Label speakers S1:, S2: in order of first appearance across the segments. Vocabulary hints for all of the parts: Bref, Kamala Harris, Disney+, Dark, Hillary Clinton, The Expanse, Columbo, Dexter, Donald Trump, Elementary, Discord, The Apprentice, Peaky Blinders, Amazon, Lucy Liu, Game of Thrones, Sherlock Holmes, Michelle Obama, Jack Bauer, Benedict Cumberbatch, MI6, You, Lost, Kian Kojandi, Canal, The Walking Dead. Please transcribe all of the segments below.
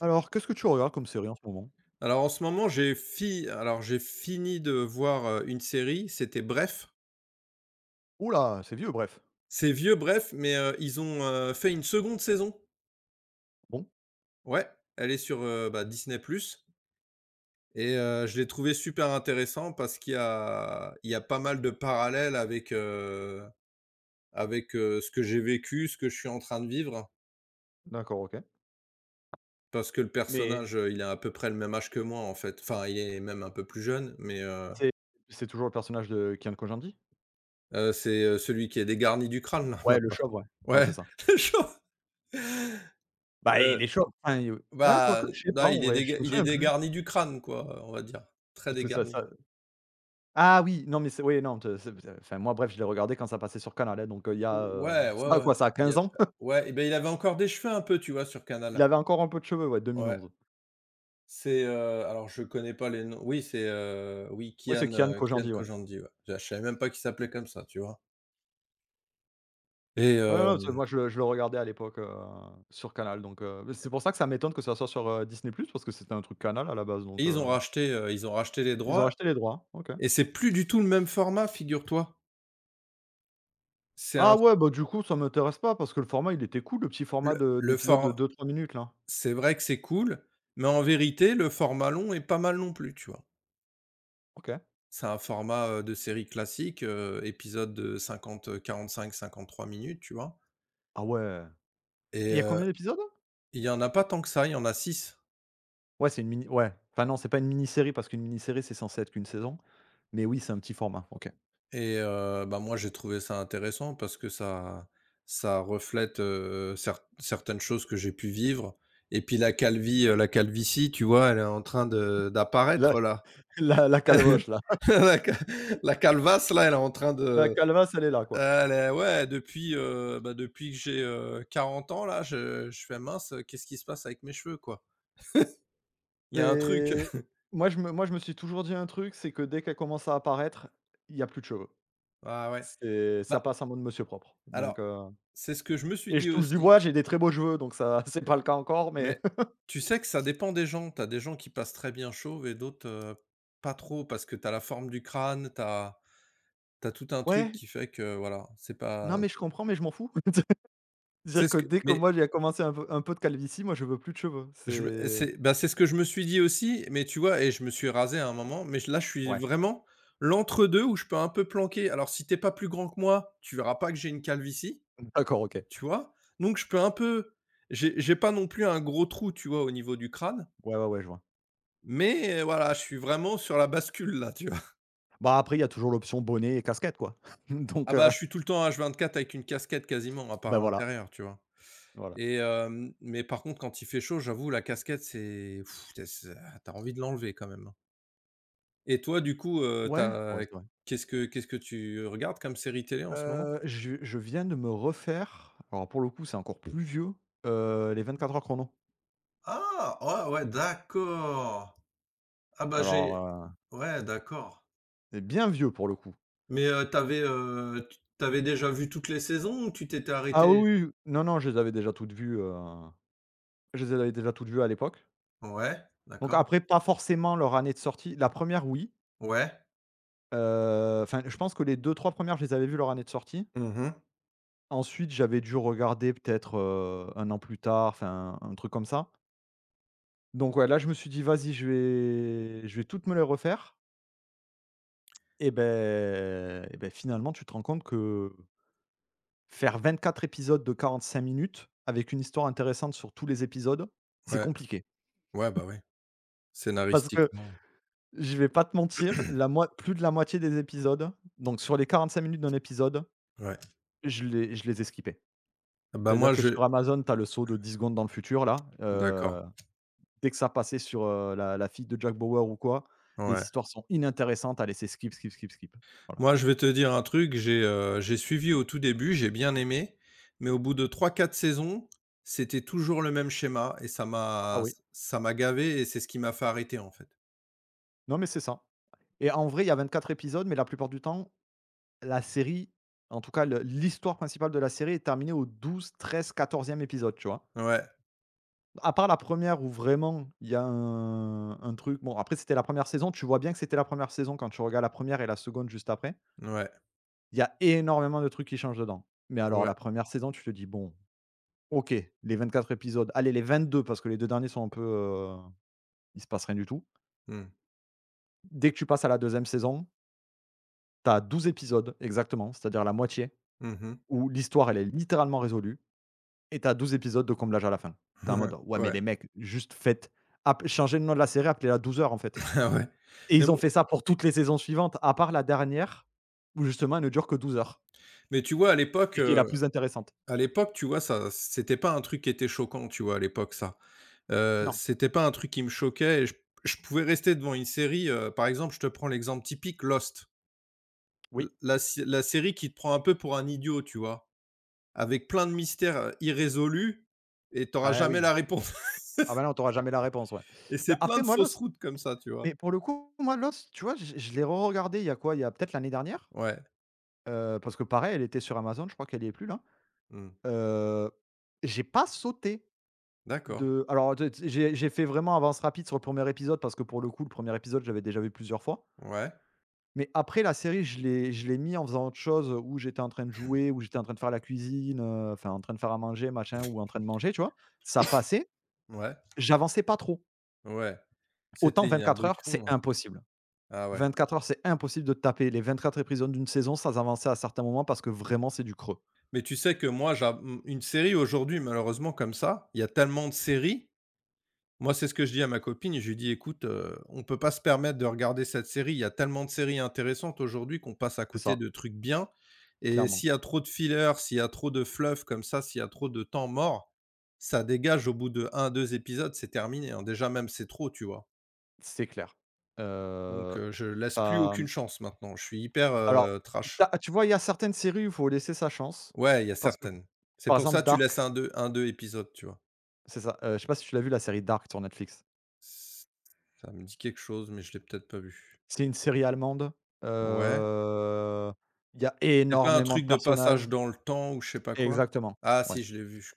S1: Alors, qu'est-ce que tu regardes comme série en ce moment?
S2: Alors en ce moment, j'ai fi alors j'ai fini de voir, une série, c'était Bref.
S1: Ouh là, c'est vieux, bref.
S2: C'est vieux Bref, mais, ils ont, fait une seconde saison.
S1: Bon,
S2: Ouais, elle est sur, bah, Disney+ et je l'ai trouvé super intéressant parce qu'il y a pas mal de parallèles avec, ce que j'ai vécu, ce que je suis en train de vivre.
S1: d'accord, OK.
S2: Parce que le
S1: Mais
S2: personnage, il a à peu près le même âge que moi, en fait. Enfin, il est même un peu plus jeune, mais,
S1: c'est c'est toujours le personnage de Kian Kojandi?
S2: c'est, celui qui est dégarni du crâne là,
S1: Ouais, le
S2: maintenant.
S1: chauve, ouais. Ouais,
S2: Ouais,
S1: c'est ça.
S2: le genre,
S1: Bah,
S2: euh,
S1: il est chauve, enfin, ah,
S2: bah,
S1: quoique, je sais pas
S2: là,
S1: en vrai, je me
S2: il est
S1: souviens plus
S2: dégarni du crâne, quoi, on va dire. Très
S1: parce que ça
S2: dégarni.
S1: ça ah oui, non, mais c'est oui, non, te enfin, moi, bref, je l'ai regardé quand ça passait sur Canal, hein, donc, il y a,
S2: Ouais,
S1: ça
S2: ouais,
S1: a
S2: ouais.
S1: quoi, ça a
S2: Il y
S1: 15
S2: a
S1: ans?
S2: très Ouais, et ben, il avait encore des cheveux un peu, tu vois, sur
S1: Il
S2: Canal.
S1: avait encore un peu de cheveux, ouais,
S2: Ouais.
S1: 2011.
S2: C'est, alors je connais pas les noms. Oui, c'est, oui,
S1: Ouais, c'est
S2: Kian,
S1: Kian
S2: heu, Kian
S1: Kojandi, ouais.
S2: Kojandi, ouais. Je savais même pas qu'il s'appelait comme ça, tu vois? Et
S1: Ouais, ouais, parce que
S2: hem
S1: moi je le regardais à l'époque, sur Canal donc beh, c'est pour ça que ça m'étonne que ça soit sur, Disney+ parce que c'était un truc Canal à la base
S2: et
S1: donc
S2: ils ont racheté les
S1: ils ont
S2: droits
S1: acheté les droits, OK.
S2: et c'est plus du tout le même format, figure-toi. C'est
S1: Ah
S2: un
S1: ouais, bah, du coup, ça m'intéresse pas parce que le format, il était cool, le petit format de
S2: le
S1: d'épisode de
S2: for
S1: deux trois minutes là.
S2: C'est vrai que c'est cool, mais en vérité, le format long est pas mal non plus, tu vois?
S1: OK.
S2: C'est un format, de série classique, épisode de cinquante quarante cinq cinquante trois minutes, tu vois?
S1: Ah ouais.
S2: Et
S1: Il y a combien d'épisodes?
S2: il y en a pas tant que ça, il y en a six
S1: Ouais, c'est une mini ouais, enfin non, c'est pas une mini-série parce qu'une mini-série, c'est censé être qu'une saison, mais oui, c'est un petit format, OK.
S2: et bah, moi, j'ai trouvé ça intéressant parce que ça reflète, certaines choses que j'ai pu vivre et puis la calvitie, tu vois, elle est en train de
S1: La
S2: d'apparaître là.
S1: la calvoche là,
S2: La ca la calvasse là, elle est en train
S1: la
S2: de.
S1: calvasse, elle est là, quoi.
S2: Les Ouais, depuis, bah, depuis que j'ai, 40 ans là, je fais: «Mince, qu'est-ce qui se passe avec mes cheveux, quoi?» Il y a un truc.
S1: C'est moi je me suis toujours dit un truc, c'est que dès qu'elle commence à apparaître, il y a plus de cheveux.
S2: Ah ouais.
S1: C'est ça
S2: Bah,
S1: passe en mode monsieur propre, donc
S2: alors, c'est ce que je me suis
S1: et je
S2: dit
S1: touche du
S2: aussi,
S1: bois, j'ai des très beaux cheveux, donc ça c'est pas le cas encore, mais
S2: mais tu sais que ça dépend des gens. T'as des gens qui passent très bien chauves et d'autres, pas trop parce que t'as la forme du crâne, t'as as as tout un truc
S1: ouais,
S2: qui fait que voilà, c'est
S1: non
S2: pas.
S1: mais je comprends, mais je m'en fous.
S2: c'est
S1: C'est-à-dire
S2: ce
S1: que
S2: que
S1: dès que
S2: mais
S1: moi j'ai commencé un peu de calvitie, moi je veux plus de cheveux.
S2: Je me eh,
S1: C'est
S2: c'est bah, c'est ce que je me suis dit aussi, mais tu vois et je me suis rasé à un moment, mais j là, je suis
S1: ouais,
S2: vraiment l'entre-deux où je peux un peu planquer. Alors si t'es pas plus grand que moi, tu verras pas que j'ai une calvitie,
S1: d'accord, OK.
S2: tu vois? Donc je peux un peu J'ai pas non plus un gros trou, tu vois, au niveau du crâne,
S1: Ouais, ouais, ouais, je vois.
S2: mais voilà, je suis vraiment sur la bascule là, tu vois?
S1: Bah, après il y a toujours l'option bonnet et casquette quoi, donc
S2: Ah bah, je suis tout le temps h vingt-quatre avec une casquette quasiment, à part
S1: bah,
S2: à
S1: voilà,
S2: l'intérieur, tu vois?
S1: voilà.
S2: Mais par contre, quand il fait chaud, j'avoue, la casquette, c'est tu as envie de l'enlever quand même, hein. Et toi, du coup,
S1: Ouais, ouais,
S2: tu
S1: c'est vrai.
S2: qu'est-ce que tu regardes comme série télé en ce moment?
S1: Je viens de me refaire, alors pour le coup, c'est encore plus vieux, les quatre heures chrono.
S2: Ah! Ouais, ouais, d'accord. Ah bah, j'ai
S1: Alors,
S2: ouais, d'accord.
S1: bien vieux pour le coup.
S2: Mais, tu déjà vu toutes les saisons ou tu t'étais
S1: Ah
S2: arrêté?
S1: oui, oui, non, non, je les avais déjà toutes vues à l'époque.
S2: Ouais,
S1: Donc
S2: d'accord.
S1: après, pas forcément leur année de sortie. La première, oui,
S2: Ouais.
S1: enfin, je pense que les deux trois premières, je les avais vues leur année de sortie.
S2: Mmh.
S1: Ensuite, j'avais dû regarder peut-être, 1 an plus tard, enfin, un truc comme ça. Donc ouais, là, je me suis dit: «Vas-y, je vais toutes me les refaire». Et ben, finalement, tu te rends compte que faire 24 épisodes de 45 minutes, avec une histoire intéressante sur tous les épisodes, c'est
S2: Ouais.
S1: compliqué.
S2: Ouais, bah, ouais.
S1: Parce que
S2: Scénaristiquement,
S1: je vais pas te mentir, la moi plus de la moitié des épisodes, donc sur les 45 minutes d'un épisode,
S2: ouais.
S1: je les ai skippés.
S2: Bah,
S1: C'est-à-dire
S2: moi,
S1: que sur
S2: je
S1: Amazon, tu as le saut de 10 secondes dans le futur là,
S2: D'accord.
S1: dès que ça passait sur, la fille de Jack Bauer ou quoi, les
S2: Ouais.
S1: histoires sont inintéressantes à laisser skip, skip, skip, skip. Voilà.
S2: Moi, je vais te dire un truc, j'ai suivi au tout début, j'ai bien aimé, mais au bout de trois, quatre saisons, c'était toujours le même schéma et ça
S1: Ah
S2: m'a
S1: oui,
S2: ça m'a gavé et c'est ce qui m'a fait arrêter, en fait.
S1: non mais c'est ça. Et en vrai, il y a 24 épisodes, mais la plupart du temps. La série, en tout cas le l'histoire principale de la série est terminée au douze, treize, quatorzième épisode, tu vois?
S2: Ouais,
S1: À part la première où vraiment il y a un truc. Bon, après c'était la première saison, tu vois bien que c'était la première saison quand tu regardes la première et la seconde juste après.
S2: ouais,
S1: Il y a énormément de trucs qui changent dedans. Mais alors
S2: ouais.
S1: la première saison, tu te dis: «Bon, OK, les 24 épisodes, allez les 22 parce que les 2 derniers sont un peu, il se passe rien du tout».
S2: Hum,
S1: Dès que tu passes à la deuxième saison, tu as 12 épisodes exactement, c'est-à-dire la moitié,
S2: mmh. Mmh.
S1: où l'histoire elle est littéralement résolue. Et t'as 12 épisodes de comblage à la fin. Tu es en mode: «Ouais, mais
S2: Ouais.
S1: les mecs, juste faites app changez le nom de la série, appelez-la 12 heures, en fait»
S2: Ouais.
S1: et
S2: Mais
S1: ils ont
S2: bon,
S1: fait ça pour toutes les saisons suivantes, à part la dernière où justement elle ne dure que 12 heures
S2: mais tu vois, à l'époque,
S1: et qui est la plus intéressante.
S2: tu vois, ça c'était pas un truc qui était choquant, tu vois, à l'époque, ça.
S1: Non.
S2: C'était pas un truc qui me choquait et je pouvais rester devant une série, par exemple, je te prends l'exemple typique, Lost.
S1: Oui.
S2: La sé la série qui te prend un peu pour un idiot, tu vois? Avec plein de mystères, irrésolus et t'auras
S1: Ah
S2: jamais
S1: oui.
S2: la réponse.
S1: Ah ben là on auras jamais la réponse, ouais.
S2: Et
S1: Bah,
S2: c'est plein
S1: après
S2: de
S1: moi
S2: fausses
S1: Lost
S2: routes comme ça, tu vois?
S1: Mais pour le coup, moi Lost, tu vois, je l'ai re-regardé il y a quoi? Il y a peut-être l'année dernière,
S2: Ouais,
S1: parce que pareil, elle était sur Amazon, je crois qu'elle y est plus là.
S2: mmh,
S1: Heu, j'ai pas sauté.
S2: d'accord.
S1: De alors de t j'ai fait vraiment avance rapide sur le premier épisode parce que pour le coup, le premier épisode, j'avais déjà vu plusieurs fois.
S2: Ouais,
S1: Mais après la série, je l'ai mis en faisant autre chose, où j'étais en train de jouer, où j'étais en train de faire la cuisine, enfin en train de faire à manger, machin, ou en train de manger, tu vois? Ça passait,
S2: ouais,
S1: j'avançais pas trop.
S2: ouais.
S1: Autant
S2: C'était un
S1: 24
S2: bruit de
S1: heures, c'est
S2: fond, hein.
S1: impossible.
S2: Ah ouais.
S1: 24 heures, c'est impossible de taper les 24 épisodes d'une saison sans avancer à certains moments parce que vraiment c'est du creux.
S2: Mais tu sais que moi, j'ai une série aujourd'hui, malheureusement, comme ça, il y a tellement de séries. Moi, c'est ce que je dis à ma copine, je lui dis: «Écoute, on peut pas se permettre de regarder cette série, il y a tellement de séries intéressantes aujourd'hui qu'on passe à
S1: C'est
S2: côté
S1: ça,
S2: de trucs bien et
S1: clairement,
S2: s'il y a trop de fillers, s'il y a trop de fluff comme ça, s'il y a trop de temps mort, ça dégage au bout de un, deux épisodes, c'est terminé, hein». Déjà même, c'est trop, tu vois?
S1: c'est clair.
S2: Donc
S1: Heu,
S2: je laisse
S1: tu
S2: plus
S1: mmh,
S2: aucune chance maintenant, je suis hyper,
S1: alors, tu
S2: trash.
S1: tu vois, il y a certaines séries où il faut laisser sa chance
S2: Ouais, il y a
S1: parce que,
S2: certaines. C'est
S1: par
S2: pour ça,
S1: exemple,
S2: que tu laisses
S1: Dark,
S2: un, deux épisodes, tu vois?
S1: c'est ça, je sais pas si tu l'as vu la série Dark sur Netflix?
S2: Ça me dit quelque chose, mais je l'ai peut-être pas vu.
S1: C'est une série allemande,
S2: Ouais.
S1: heu, il y a
S2: C'est pas un
S1: énormément de
S2: truc de
S1: personnages
S2: passage dans le temps ou je sais pas quoi?
S1: exactement,
S2: Ah
S1: ouais.
S2: si, je l'ai vu, je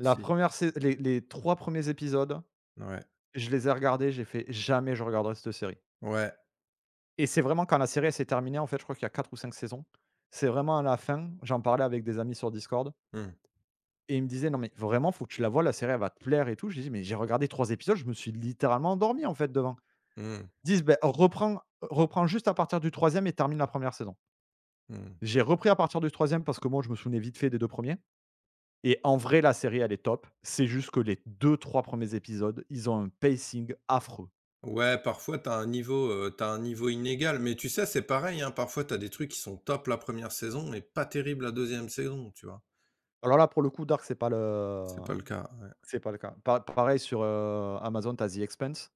S1: La
S2: si,
S1: première, re les 3 premiers épisodes,
S2: ouais,
S1: je les ai regardés, j'ai fait: «Jamais je regarderai cette série»
S2: ouais,
S1: et c'est vraiment quand la série, elle s'est terminée, en fait, je crois qu'il y a 4 ou 5 saisons, c'est vraiment à la fin, j'en parlais avec des amis sur Discord
S2: mmh,
S1: et ils me disaient: «Non, mais vraiment, faut que tu la vois, la série, elle va te plaire et tout». J'ai dit: «Mais j'ai regardé 3 épisodes, je me suis littéralement endormi, en fait, devant».
S2: mmh,
S1: Ils disent: «Beh, reprends juste à partir du troisième et termine la première saison».
S2: mmh.
S1: J'ai repris à partir du troisième parce que moi, je me souvenais vite fait des 2 premiers et en vrai, la série, elle est top. C'est juste que les deux trois premiers épisodes, ils ont un pacing affreux.
S2: Ouais, parfois t'as un niveau, tu un niveau inégal, mais tu sais, c'est pareil, hein, parfois t'as des trucs qui sont top la première saison mais pas terrible la deuxième saison, tu vois?
S1: Alors là, pour le coup, Dark, c'est pas le
S2: C'est pas le cas, ouais.
S1: c'est pas le cas. Pa pareil sur, Amazon, t'as The Expanse.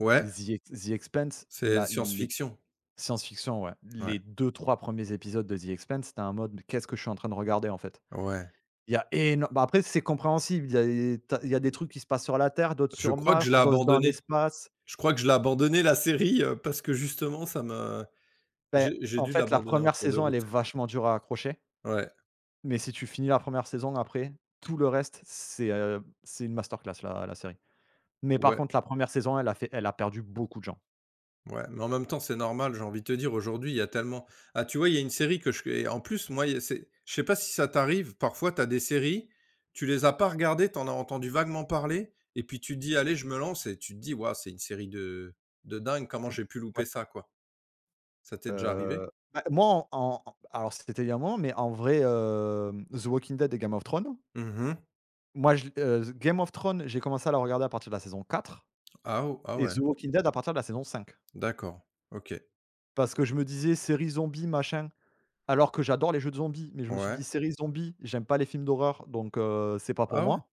S2: Ouais,
S1: The Expanse,
S2: c'est
S1: la les
S2: science-fiction.
S1: science-fiction, ouais.
S2: Ouais,
S1: Les deux trois premiers épisodes de The Expanse, t'as un mode: «Mais qu'est-ce que je suis en train de regarder, en fait?»
S2: ouais.
S1: Il y a éno bah, après, c'est compréhensible. Il y a des trucs qui se passent sur la Terre, d'autres
S2: Je
S1: sur
S2: crois que je l'ai
S1: Mars, d'autres dans
S2: abandonné.
S1: l'espace.
S2: Je crois que je l'ai abandonné la série, parce que justement ça me
S1: Beh,
S2: j'ai
S1: en
S2: dû
S1: fait, la
S2: l'abandonner en
S1: première
S2: cours de
S1: saison, elle
S2: route.
S1: est vachement dure à accrocher,
S2: Ouais,
S1: mais si tu finis la première saison, après, tout le reste, c'est une masterclass la série. Mais par
S2: ouais.
S1: contre, la première saison, elle a perdu beaucoup de gens.
S2: Ouais, mais en même temps, c'est normal, j'ai envie de te dire aujourd'hui, il y a tellement, ah, tu vois, il y a une série que je, et en plus, moi, il y a c'est, je sais pas si ça t'arrive, parfois tu as des séries, tu les as pas regardées, tu en as entendu vaguement parler et puis tu te dis: «Allez, je me lance» et tu te dis: «Waouh, c'est une série de dingue, comment
S1: Mmh.
S2: j'ai pu
S1: Ouais.
S2: louper ça, quoi?» Ça t'est déjà arrivé?
S1: Bah, moi, alors c'était il y a un moment, mais en vrai, The Walking Dead et Game of Thrones,
S2: Mmh.
S1: moi je Game of Thrones, j'ai commencé à la regarder à partir de la saison 4
S2: Ah ou ah
S1: et
S2: ouais,
S1: The Walking Dead à partir de la saison cinq.
S2: d'accord. OK.
S1: Parce que je me disais: «Série zombie, machin», alors que j'adore les jeux de zombies, mais je me suis
S2: Ouais.
S1: dit: «Série zombie, j'aime pas les films d'horreur, donc c'est pas pour
S2: Ah ouais,
S1: moi».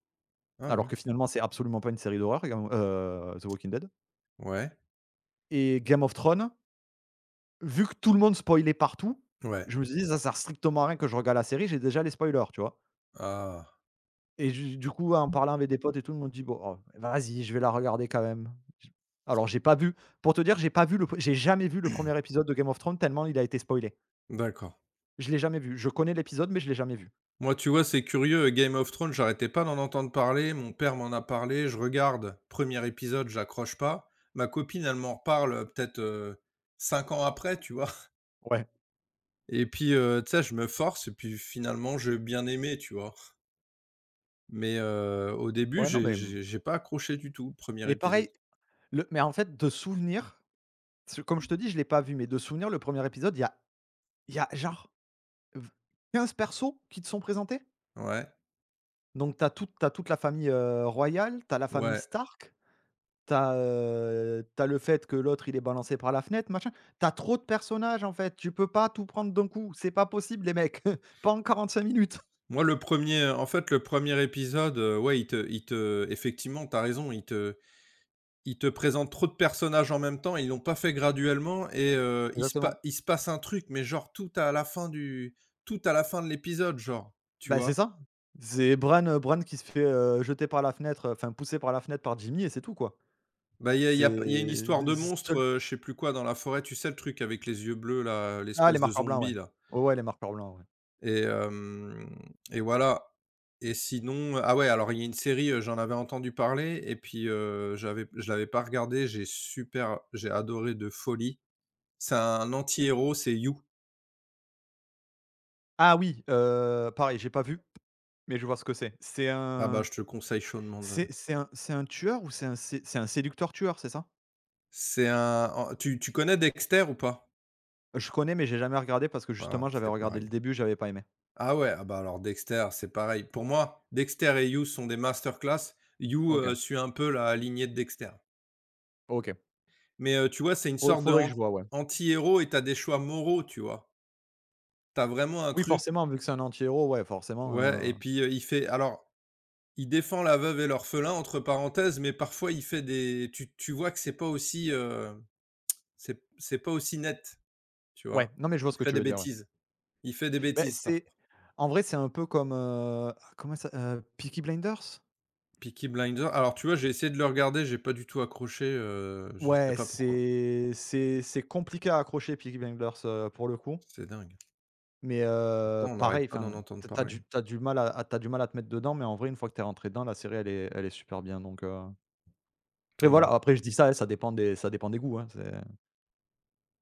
S2: ah
S1: Alors
S2: ouais.
S1: que finalement, c'est absolument pas une série d'horreur, Game The Walking Dead
S2: Ouais.
S1: et Game of Thrones, vu que tout le monde spoilait partout,
S2: Ouais.
S1: je me suis dit: «Ça sert strictement à rien que je regarde la série, j'ai déjà les spoilers», tu vois?
S2: Ah!
S1: Et du coup, en parlant avec des potes et tout, ils m'ont dit: «Bon, oh, vas-y, je vais la regarder quand même». J j'ai pas vu, pour te dire, j'ai pas vu le p j'ai jamais vu le premier épisode de Game of Thrones tellement il a été spoilé.
S2: D'accord.
S1: Je l'ai jamais vu. Je connais l'épisode, mais je l'ai jamais vu.
S2: Moi, tu vois, c'est curieux, Game of Thrones, j'arrêtais pas d'en entendre parler, mon père m'en a parlé, je regarde, premier épisode, j'accroche pas. Ma copine, elle m'en reparle, peut-être, 5 ans après, tu vois?
S1: Ouais.
S2: Et puis, tu sais, je me force et puis finalement, j'ai bien aimé, tu vois? Mais, au début,
S1: Ouais, non,
S2: j'ai
S1: mais mmh.
S2: j'ai j'ai pas accroché du tout, premier
S1: Mais
S2: épisode.
S1: pareil, le mais en fait, de souvenir, parce que comme je te dis, je l'ai pas vu, mais de souvenir, le premier épisode, il y a genre v 15 persos qui te sont présentés.
S2: Ouais,
S1: Donc tu as toute la famille, royale, tu as la famille
S2: ouais.
S1: Stark. T'as le fait que l'autre, il est balancé par la fenêtre, machin. T'as trop de personnages, en fait, tu peux pas tout prendre d'un coup, c'est pas possible les mecs, pas en quarante-cinq minutes.
S2: Moi, le premier. En fait, le premier épisode, ouais, il te effectivement, t'as raison, il te ils te présentent trop de personnages en même temps, ils l'ont pas fait graduellement et
S1: Exactement.
S2: il se passe un truc, mais genre tout à la fin de l'épisode, genre, tu
S1: Bah, c'est
S2: vois?
S1: ça. C'est Bran, Bran qui se fait, jeter par la fenêtre, enfin pousser par la fenêtre par Jimmy et c'est tout, quoi.
S2: Bah,
S1: C'est
S2: il y a une histoire de monstre,
S1: seul
S2: je sais plus quoi dans la forêt, tu sais le truc avec les yeux bleus là,
S1: ah, les
S2: l'espèce de
S1: marqueurs blancs, ouais.
S2: zombie là
S1: Ouais, ouais, les marqueurs blancs, ouais.
S2: et hem et voilà et sinon ah ouais, alors il y a une série, j'en avais entendu parler et puis, j'avais je l'avais pas regardée, j'ai adoré de folie. C'est un anti-héros, c'est You.
S1: Ah oui, pareil, j'ai pas vu, mais je vois ce que c'est.
S2: Ah bah, je te le conseille chaudement de.
S1: C'est un tueur ou c'est un sé c'est un séducteur tueur, c'est ça?
S2: C'est un Tu connais Dexter ou pas?
S1: Je connais, mais j'ai jamais regardé parce que justement,
S2: Ah,
S1: j'avais
S2: c'est
S1: regardé le
S2: pareil.
S1: début, j'avais pas aimé.
S2: Ah ouais, ah bah, alors Dexter, c'est pareil. Pour moi, Dexter et You sont des masterclass. You,
S1: OK,
S2: suit un peu la lignée de Dexter.
S1: OK.
S2: Mais, tu vois, c'est une sorte de
S1: Faudrait que je
S2: han
S1: voie, ouais.
S2: anti-héros et t'as des choix moraux, tu vois? T'as vraiment un
S1: Oui,
S2: truc,
S1: forcément, vu que c'est un anti-héros, ouais,
S2: ouais,
S1: forcément, heu,
S2: et puis, il fait alors, il défend la veuve et l'orphelin entre parenthèses, mais parfois il fait des tu vois que c'est pas aussi, c'est pas aussi net, tu vois?
S1: ouais, non, mais je vois ce
S2: Il
S1: que
S2: fait
S1: tu
S2: des
S1: veux dire, ouais.
S2: bêtises. Il fait des
S1: Beh,
S2: bêtises
S1: c'est
S2: parfois.
S1: en vrai, c'est un peu comme, comment ça Peaky Blinders?
S2: Peaky Blinders, alors tu vois, j'ai essayé de le regarder, j'ai pas du tout accroché, je sais
S1: Ouais,
S2: pas pourquoi.
S1: c'est compliqué à accrocher Peaky Blinders, pour le coup,
S2: C'est dingue.
S1: mais
S2: Pourtant, on n'arrête
S1: pareil,
S2: pas d'en
S1: enfin,
S2: entendre parler.
S1: t'as du mal à tu du mal à te mettre dedans, mais en vrai, une fois que t'es rentré dedans, la série, elle est super bien, donc après
S2: Ah
S1: voilà,
S2: bah,
S1: après je dis ça, hein, ça dépend des goûts, hein, c'est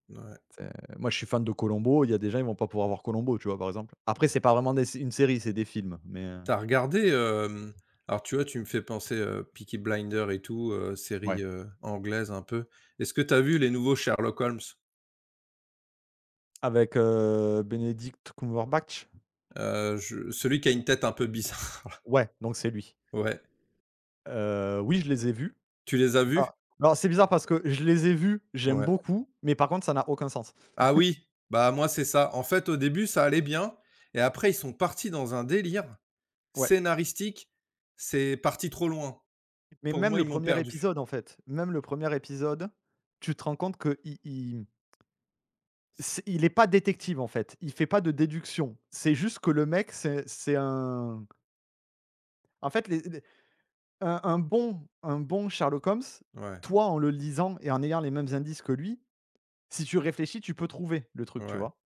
S2: ouais.
S1: C'est moi, je suis fan de Columbo, il y a des gens, ils vont pas pouvoir voir Columbo, tu vois, par exemple. Après, c'est pas vraiment des une série, c'est des films, mais
S2: Tu regardé, alors tu vois, tu me fais penser, Peaky Blinders et tout,
S1: ouais.
S2: série, anglaise un peu. Est-ce que t'as vu les nouveaux Sherlock Holmes?
S1: Avec, Benedict Cumberbatch?
S2: Je Celui qui a une tête un peu bizarre.
S1: Ouais, donc c'est lui.
S2: Ouais.
S1: Oui, je les ai vus.
S2: Tu les as vus?
S1: Alors alors c'est bizarre parce que je les ai vus, j'aime
S2: Ouais.
S1: beaucoup, mais par contre, ça n'a aucun sens.
S2: Ah oui, bah, moi, c'est ça. En fait, au début, ça allait bien et après ils sont partis dans un délire
S1: Ouais,
S2: scénaristique, c'est parti trop loin.
S1: mais
S2: Pour
S1: même
S2: moi,
S1: le
S2: ils m'ont
S1: premier
S2: perdu.
S1: épisode, en fait, même le premier épisode, tu te rends compte que i il c'est il est pas détective, en fait, il fait pas de déduction. C'est juste que le mec, c'est un en fait, les un bon Sherlock Holmes,
S2: Ouais,
S1: toi, en le lisant et en ayant les mêmes indices que lui, si tu réfléchis, tu peux trouver le truc, tu
S2: ouais,
S1: vois?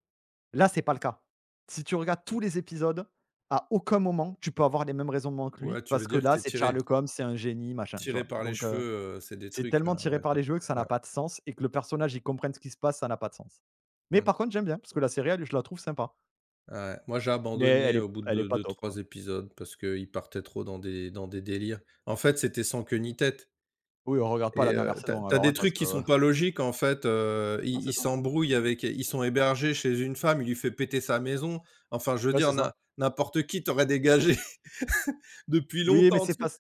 S1: Là, c'est pas le cas. Si tu regardes tous les épisodes, à aucun moment, tu peux avoir les mêmes raisonnements que lui
S2: ouais, tu veux
S1: parce que
S2: dire que
S1: là,
S2: c'est
S1: c'est
S2: tiré
S1: Sherlock Holmes, c'est un génie, machin, tu
S2: tiré
S1: vois?
S2: par les
S1: Donc
S2: cheveux, c'est des
S1: c'est
S2: trucs,
S1: tellement tiré
S2: ouais,
S1: par
S2: tu.
S1: les cheveux que ça n'a
S2: Ouais,
S1: pas de sens et que le personnage, il comprenne ce qui se passe, ça n'a pas de sens. Mais
S2: mmh,
S1: par contre, j'aime bien parce que la série, elle, je la trouve sympa,
S2: ouais. Moi, j'ai
S1: mais elle
S2: abandonné au
S1: est
S2: bout
S1: elle est
S2: de
S1: pas
S2: deux,
S1: top,
S2: trois
S1: quoi.
S2: épisodes parce qu'ils partaient trop dans des délires. En fait, c'était sans queue ni tête
S1: Oui, on regarde pas la
S2: et
S1: dernière saison
S2: tu as
S1: alors, hein,
S2: des
S1: parce
S2: trucs
S1: que
S2: qui sont pas logiques, en fait,
S1: non,
S2: ils
S1: c'est
S2: ils
S1: ça.
S2: s'embrouillent avec ils sont hébergés chez une femme, il lui fait péter sa maison. Enfin, je veux
S1: Ouais, c'est
S2: dire,
S1: ça.
S2: n'importe qui t'aurait dégagé depuis
S1: Oui, mais
S2: longtemps,
S1: c'est
S2: tu
S1: pas.
S2: vois?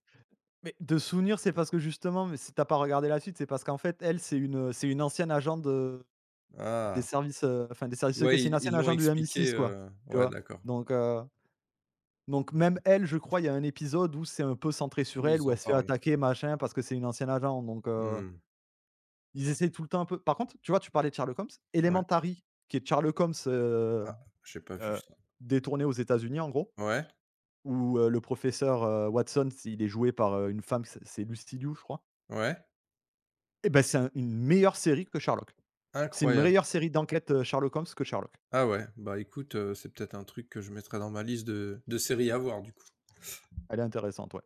S1: Mais de souvenir, c'est parce que justement, mais si t'as pas regardé la suite, c'est parce qu'en fait, elle, c'est une ancienne agent de des
S2: Ah,
S1: services, enfin des services secrets,
S2: ouais,
S1: c'est une
S2: ils
S1: ancienne
S2: l'ont
S1: agent du
S2: expliqué,
S1: MI6 quoi, tu
S2: ouais,
S1: vois?
S2: d'accord.
S1: Donc même elle, je crois, il y a un épisode où c'est un peu centré sur
S2: Oui,
S1: elle,
S2: ils
S1: où elle
S2: en
S1: se fait
S2: parlent.
S1: attaquer machin parce que c'est une ancienne agent donc
S2: Mmh.
S1: ils essaient tout le temps un peu. Par contre, tu vois, tu parlais de Sherlock Holmes,
S2: Ouais.
S1: Elementary, qui est Sherlock Holmes,
S2: Ah, j'ai pas vu
S1: heu,
S2: ça.
S1: détourné aux États-Unis en gros,
S2: Ouais,
S1: où le professeur, Watson, il est joué par, une femme, c'est Lucy Liu, je crois.
S2: ouais,
S1: Eh ben c'est un une meilleure série que Sherlock. C'est une
S2: incroyable.
S1: meilleure série d'enquête, Sherlock Holmes que Sherlock.
S2: Ah ouais, bah écoute, c'est peut-être un truc que je mettrai dans ma liste de séries à voir du coup.
S1: Elle est intéressante, ouais.